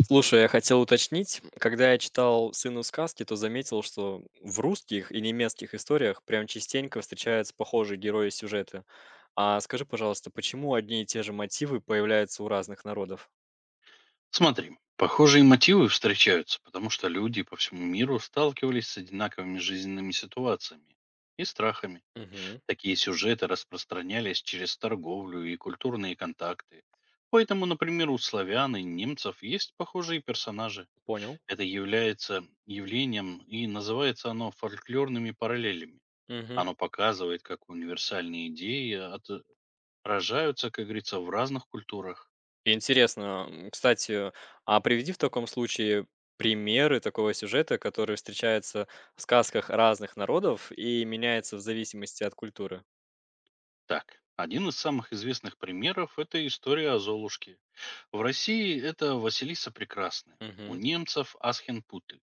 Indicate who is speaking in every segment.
Speaker 1: Слушай, я хотел уточнить, когда я читал «Сыну сказки», то заметил, что в русских и немецких историях прям частенько встречаются похожие герои и сюжеты. А скажи, пожалуйста, почему одни и те же мотивы появляются у разных народов?
Speaker 2: Смотри, похожие мотивы встречаются, потому что люди по всему миру сталкивались с одинаковыми жизненными ситуациями и страхами.
Speaker 1: Мгм.
Speaker 2: Такие сюжеты распространялись через торговлю и культурные контакты. Поэтому, например, у славян и немцев есть похожие персонажи.
Speaker 1: Понял.
Speaker 2: Это является явлением и называется оно фольклорными параллелями.
Speaker 1: Мгм.
Speaker 2: Оно показывает, как универсальные идеи отражаются, как говорится, в разных культурах.
Speaker 1: Интересно. Кстати, а приведи в таком случае примеры такого сюжета, который встречается в сказках разных народов и меняется в зависимости от культуры.
Speaker 2: Так, один из самых известных примеров– это история о Золушке. В России это Василиса Прекрасная, у
Speaker 1: Мгм.
Speaker 2: немцев Асхенпуты,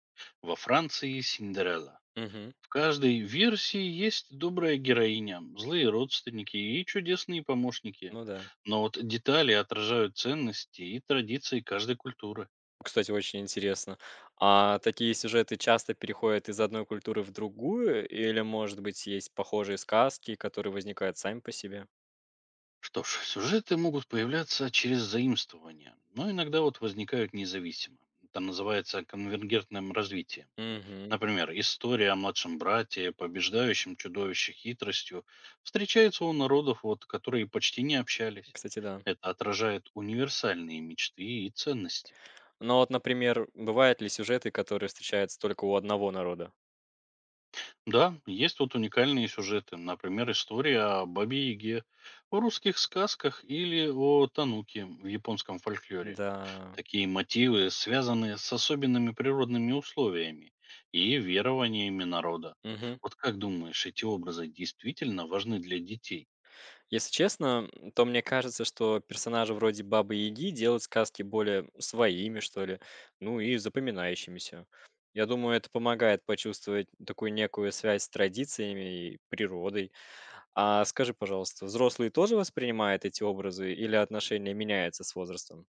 Speaker 2: во Франции– Синдерелла.
Speaker 1: Мгм.
Speaker 2: В каждой версии есть добрая героиня, злые родственники и чудесные помощники.
Speaker 1: Ну да.
Speaker 2: Но вот детали отражают ценности и традиции каждой культуры.
Speaker 1: Кстати, очень интересно. А такие сюжеты часто переходят из одной культуры в другую, или, может быть, есть похожие сказки, которые возникают сами по себе?
Speaker 2: Что ж, сюжеты могут появляться через заимствование, но иногда вот возникают независимо. Это называется конвергентным развитием.
Speaker 1: Угу.
Speaker 2: Например, история о младшем брате, побеждающем чудовище хитростью, встречается у народов, вот, которые почти не общались.
Speaker 1: Кстати, да.
Speaker 2: Это отражает универсальные мечты и ценности.
Speaker 1: Но вот, например, бывают ли сюжеты, которые встречаются только у одного народа?
Speaker 2: Да, есть вот уникальные сюжеты, например, история о Бабе-Яге в русских сказках или о Тануке в японском фольклоре.
Speaker 1: Да.
Speaker 2: Такие мотивы связаны с особенными природными условиями и верованиями народа.
Speaker 1: Мгм.
Speaker 2: Вот как думаешь, эти образы действительно важны для детей?
Speaker 1: Если честно, то мне кажется, что персонажи вроде Бабы Яги делают сказки более своими, что ли, ну и запоминающимися. Я думаю, это помогает почувствовать такую некую связь с традициями и природой. А скажи, пожалуйста, взрослые тоже воспринимают эти образы или отношение меняется с возрастом?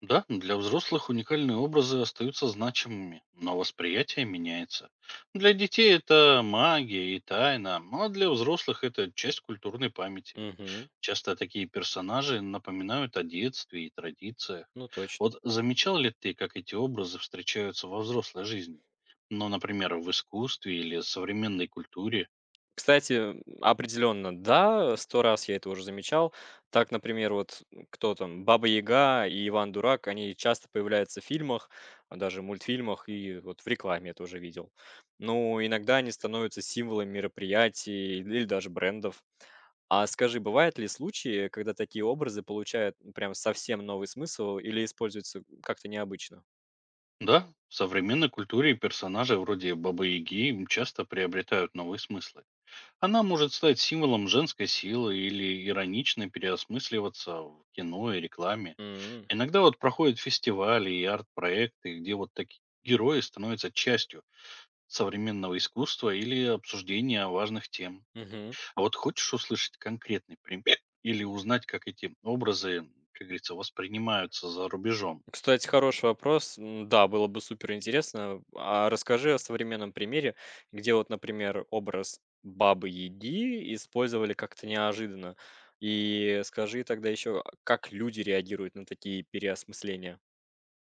Speaker 2: Да, для взрослых уникальные образы остаются значимыми, но восприятие меняется. Для детей это магия и тайна, ну а для взрослых это часть культурной памяти.
Speaker 1: Угу.
Speaker 2: Часто такие персонажи напоминают о детстве и традициях.
Speaker 1: Ну, точно.
Speaker 2: Вот замечал ли ты, как эти образы встречаются во взрослой жизни? Ну, например, в искусстве или современной культуре?
Speaker 1: Кстати, определенно, да, 100 раз я это уже замечал. Так, например, вот, кто там, Баба Яга и Иван Дурак, они часто появляются в фильмах, а даже мультфильмах, и вот в рекламе я тоже видел. Ну, иногда они становятся символами мероприятий или даже брендов. А скажи, бывают ли случаи, когда такие образы получают прям совсем новый смысл или используются как-то необычно?
Speaker 2: Да, в современной культуре персонажи вроде Бабы Яги часто приобретают новые смыслы. Она может стать символом женской силы или иронично переосмысливаться в кино и рекламе.
Speaker 1: М,
Speaker 2: Иногда вот проходят фестивали и арт-проекты, где вот такие герои становятся частью современного искусства или обсуждения важных тем.
Speaker 1: мгм.
Speaker 2: А вот хочешь услышать конкретный пример или узнать, как эти образы, как говорится, воспринимаются за рубежом?
Speaker 1: Кстати, хороший вопрос. Да, было бы супер интересно. А расскажи о современном примере, где вот, например, образ бабы Яги использовали как-то неожиданно. И скажи тогда еще, а как люди реагируют на такие переосмысления?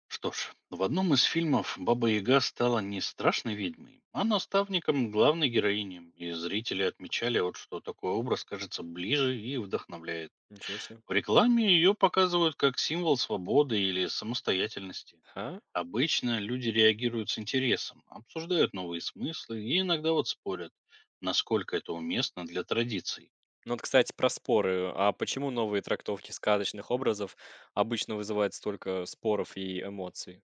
Speaker 2: Что ж, в одном из фильмов Баба Яга стала не страшной ведьмой, а наставником главной героини, и зрители отмечали, вот, что такой образ кажется ближе и вдохновляет.
Speaker 1: Ничего себе.
Speaker 2: В рекламе ее показывают как символ свободы или самостоятельности.
Speaker 1: Ага.
Speaker 2: Обычно люди реагируют с интересом, обсуждают новые смыслы и иногда вот спорят, насколько это уместно для традиций.
Speaker 1: Ну вот, кстати, про споры. А почему новые трактовки сказочных образов обычно вызывают столько споров и эмоций?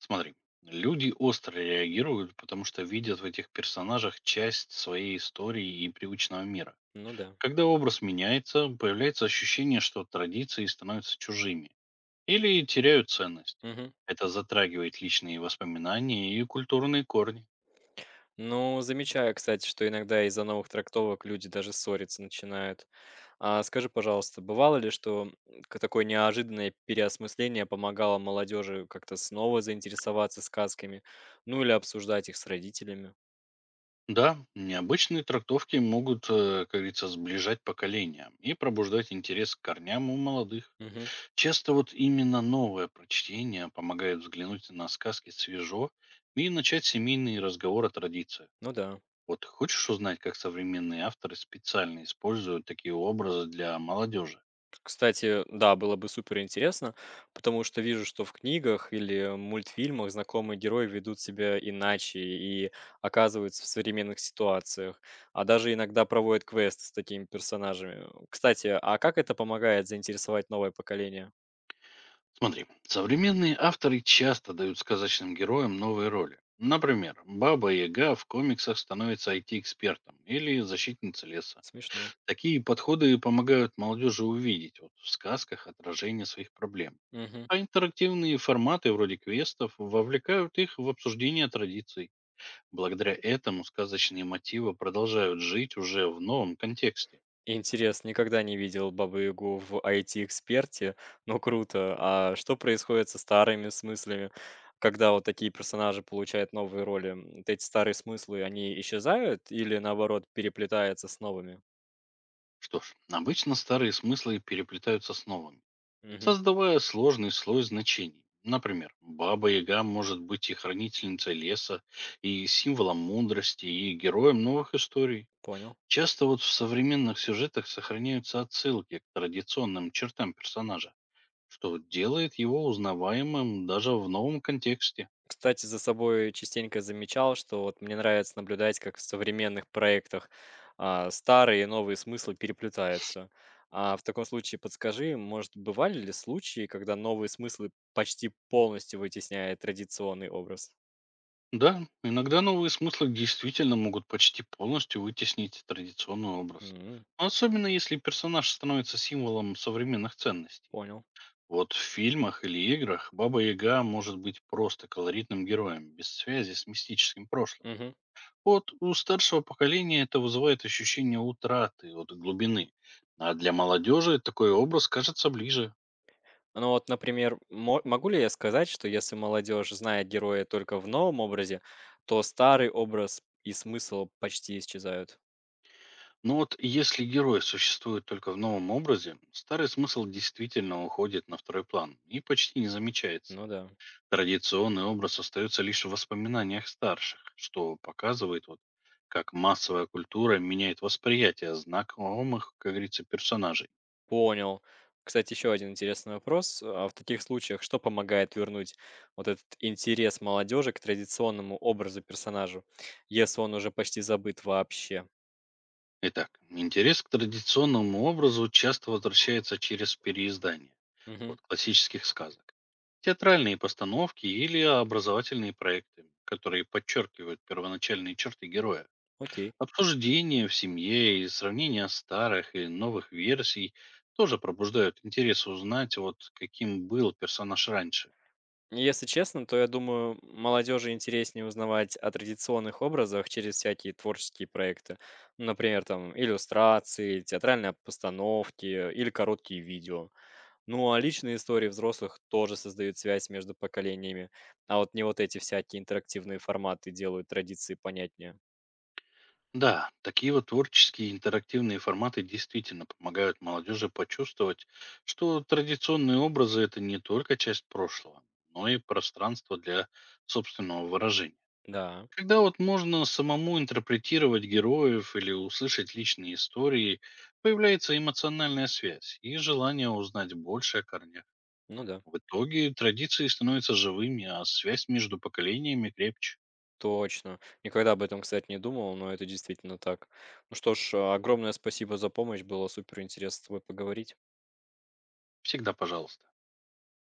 Speaker 2: Смотри, люди остро реагируют, потому что видят в этих персонажах часть своей истории и привычного мира.
Speaker 1: Ну да.
Speaker 2: Когда образ меняется, появляется ощущение, что традиции становятся чужими или теряют ценность.
Speaker 1: Мгм.
Speaker 2: Это затрагивает личные воспоминания и культурные корни.
Speaker 1: Ну, замечаю, кстати, что иногда из-за новых трактовок люди даже ссориться начинают. А скажи, пожалуйста, бывало ли, что такое неожиданное переосмысление помогало молодежи как-то снова заинтересоваться сказками, ну или обсуждать их с родителями?
Speaker 2: Да, необычные трактовки могут, как говорится, сближать поколения и пробуждать интерес к корням у молодых.
Speaker 1: Мгм.
Speaker 2: Часто вот именно новое прочтение помогает взглянуть на сказки свежо и начать семейный разговор о традициях.
Speaker 1: Ну да.
Speaker 2: Вот хочешь узнать, как современные авторы специально используют такие образы для молодежи?
Speaker 1: Кстати, да, было бы супер интересно, потому что вижу, что в книгах или мультфильмах знакомые герои ведут себя иначе и оказываются в современных ситуациях, а даже иногда проводят квесты с такими персонажами. Кстати, а как это помогает заинтересовать новое поколение?
Speaker 2: Смотри, современные авторы часто дают сказочным героям новые роли. Например, Баба Яга в комиксах становится IT-экспертом или защитницей леса.
Speaker 1: Смешно.
Speaker 2: Такие подходы помогают молодежи увидеть вот, в сказках отражение своих проблем.
Speaker 1: Мгм.
Speaker 2: А интерактивные форматы вроде квестов вовлекают их в обсуждение традиций. Благодаря этому сказочные мотивы продолжают жить уже в новом контексте.
Speaker 1: Интересно, никогда не видел Бабу-Ягу в IT-эксперте, но круто. А что происходит со старыми смыслами, когда вот такие персонажи получают новые роли? Вот эти старые смыслы, они исчезают или наоборот переплетаются с новыми?
Speaker 2: Что ж, обычно старые смыслы переплетаются с новыми,
Speaker 1: Мгм.
Speaker 2: создавая сложный слой значений. Например, Баба-Яга может быть и хранительницей леса, и символом мудрости, и героем новых историй.
Speaker 1: Понял.
Speaker 2: Часто вот в современных сюжетах сохраняются отсылки к традиционным чертам персонажа, что делает его узнаваемым даже в новом контексте.
Speaker 1: Кстати, за собой частенько замечал, что вот мне нравится наблюдать, как в современных проектах старые и новые смыслы переплетаются. А в таком случае подскажи, может, бывали ли случаи, когда новые смыслы почти полностью вытесняют традиционный образ?
Speaker 2: Да, иногда новые смыслы действительно могут почти полностью вытеснить традиционный образ.
Speaker 1: М,
Speaker 2: Но особенно если персонаж становится символом современных ценностей.
Speaker 1: Понял.
Speaker 2: Вот в фильмах или играх Баба Яга может быть просто колоритным героем, без связи с мистическим прошлым.
Speaker 1: Мгм.
Speaker 2: Вот у старшего поколения это вызывает ощущение утраты от глубины, а для молодежи такой образ кажется ближе.
Speaker 1: Ну вот, например, могу ли я сказать, что если молодежь знает героя только в новом образе, то старый образ и смысл почти исчезают?
Speaker 2: Но вот если герой существует только в новом образе, старый смысл действительно уходит на второй план и почти не замечается.
Speaker 1: Ну да.
Speaker 2: Традиционный образ остается лишь в воспоминаниях старших, что показывает, вот, как массовая культура меняет восприятие знакомых, как говорится, персонажей.
Speaker 1: Понял. Кстати, еще один интересный вопрос. А в таких случаях что помогает вернуть вот этот интерес молодежи к традиционному образу персонажу, если он уже почти забыт вообще?
Speaker 2: Итак, интерес к традиционному образу часто возвращается через переиздание
Speaker 1: Мгм.
Speaker 2: вот, классических сказок, театральные постановки или образовательные проекты, которые подчеркивают первоначальные черты героя.
Speaker 1: Окей.
Speaker 2: Обсуждения в семье и сравнение старых и новых версий тоже пробуждают интерес узнать, вот каким был персонаж раньше.
Speaker 1: Если честно, то я думаю, молодежи интереснее узнавать о традиционных образах через всякие творческие проекты. Например, там иллюстрации, театральные постановки или короткие видео. Ну, а личные истории взрослых тоже создают связь между поколениями, а вот не вот эти всякие интерактивные форматы делают традиции понятнее.
Speaker 2: Да, такие вот творческие интерактивные форматы действительно помогают молодежи почувствовать, что традиционные образы– это не только часть прошлого, но и пространство для собственного выражения.
Speaker 1: Да,
Speaker 2: Когда вот можно самому интерпретировать героев или услышать личные истории, появляется эмоциональная связь и желание узнать больше о корнях.
Speaker 1: ну да,
Speaker 2: В итоге традиции становятся живыми, а связь между поколениями крепче.
Speaker 1: точно. Никогда об этом, кстати, не думал, но это действительно так. Ну что ж, огромное спасибо за помощь, было супер интересно с тобой поговорить.
Speaker 2: Всегда пожалуйста.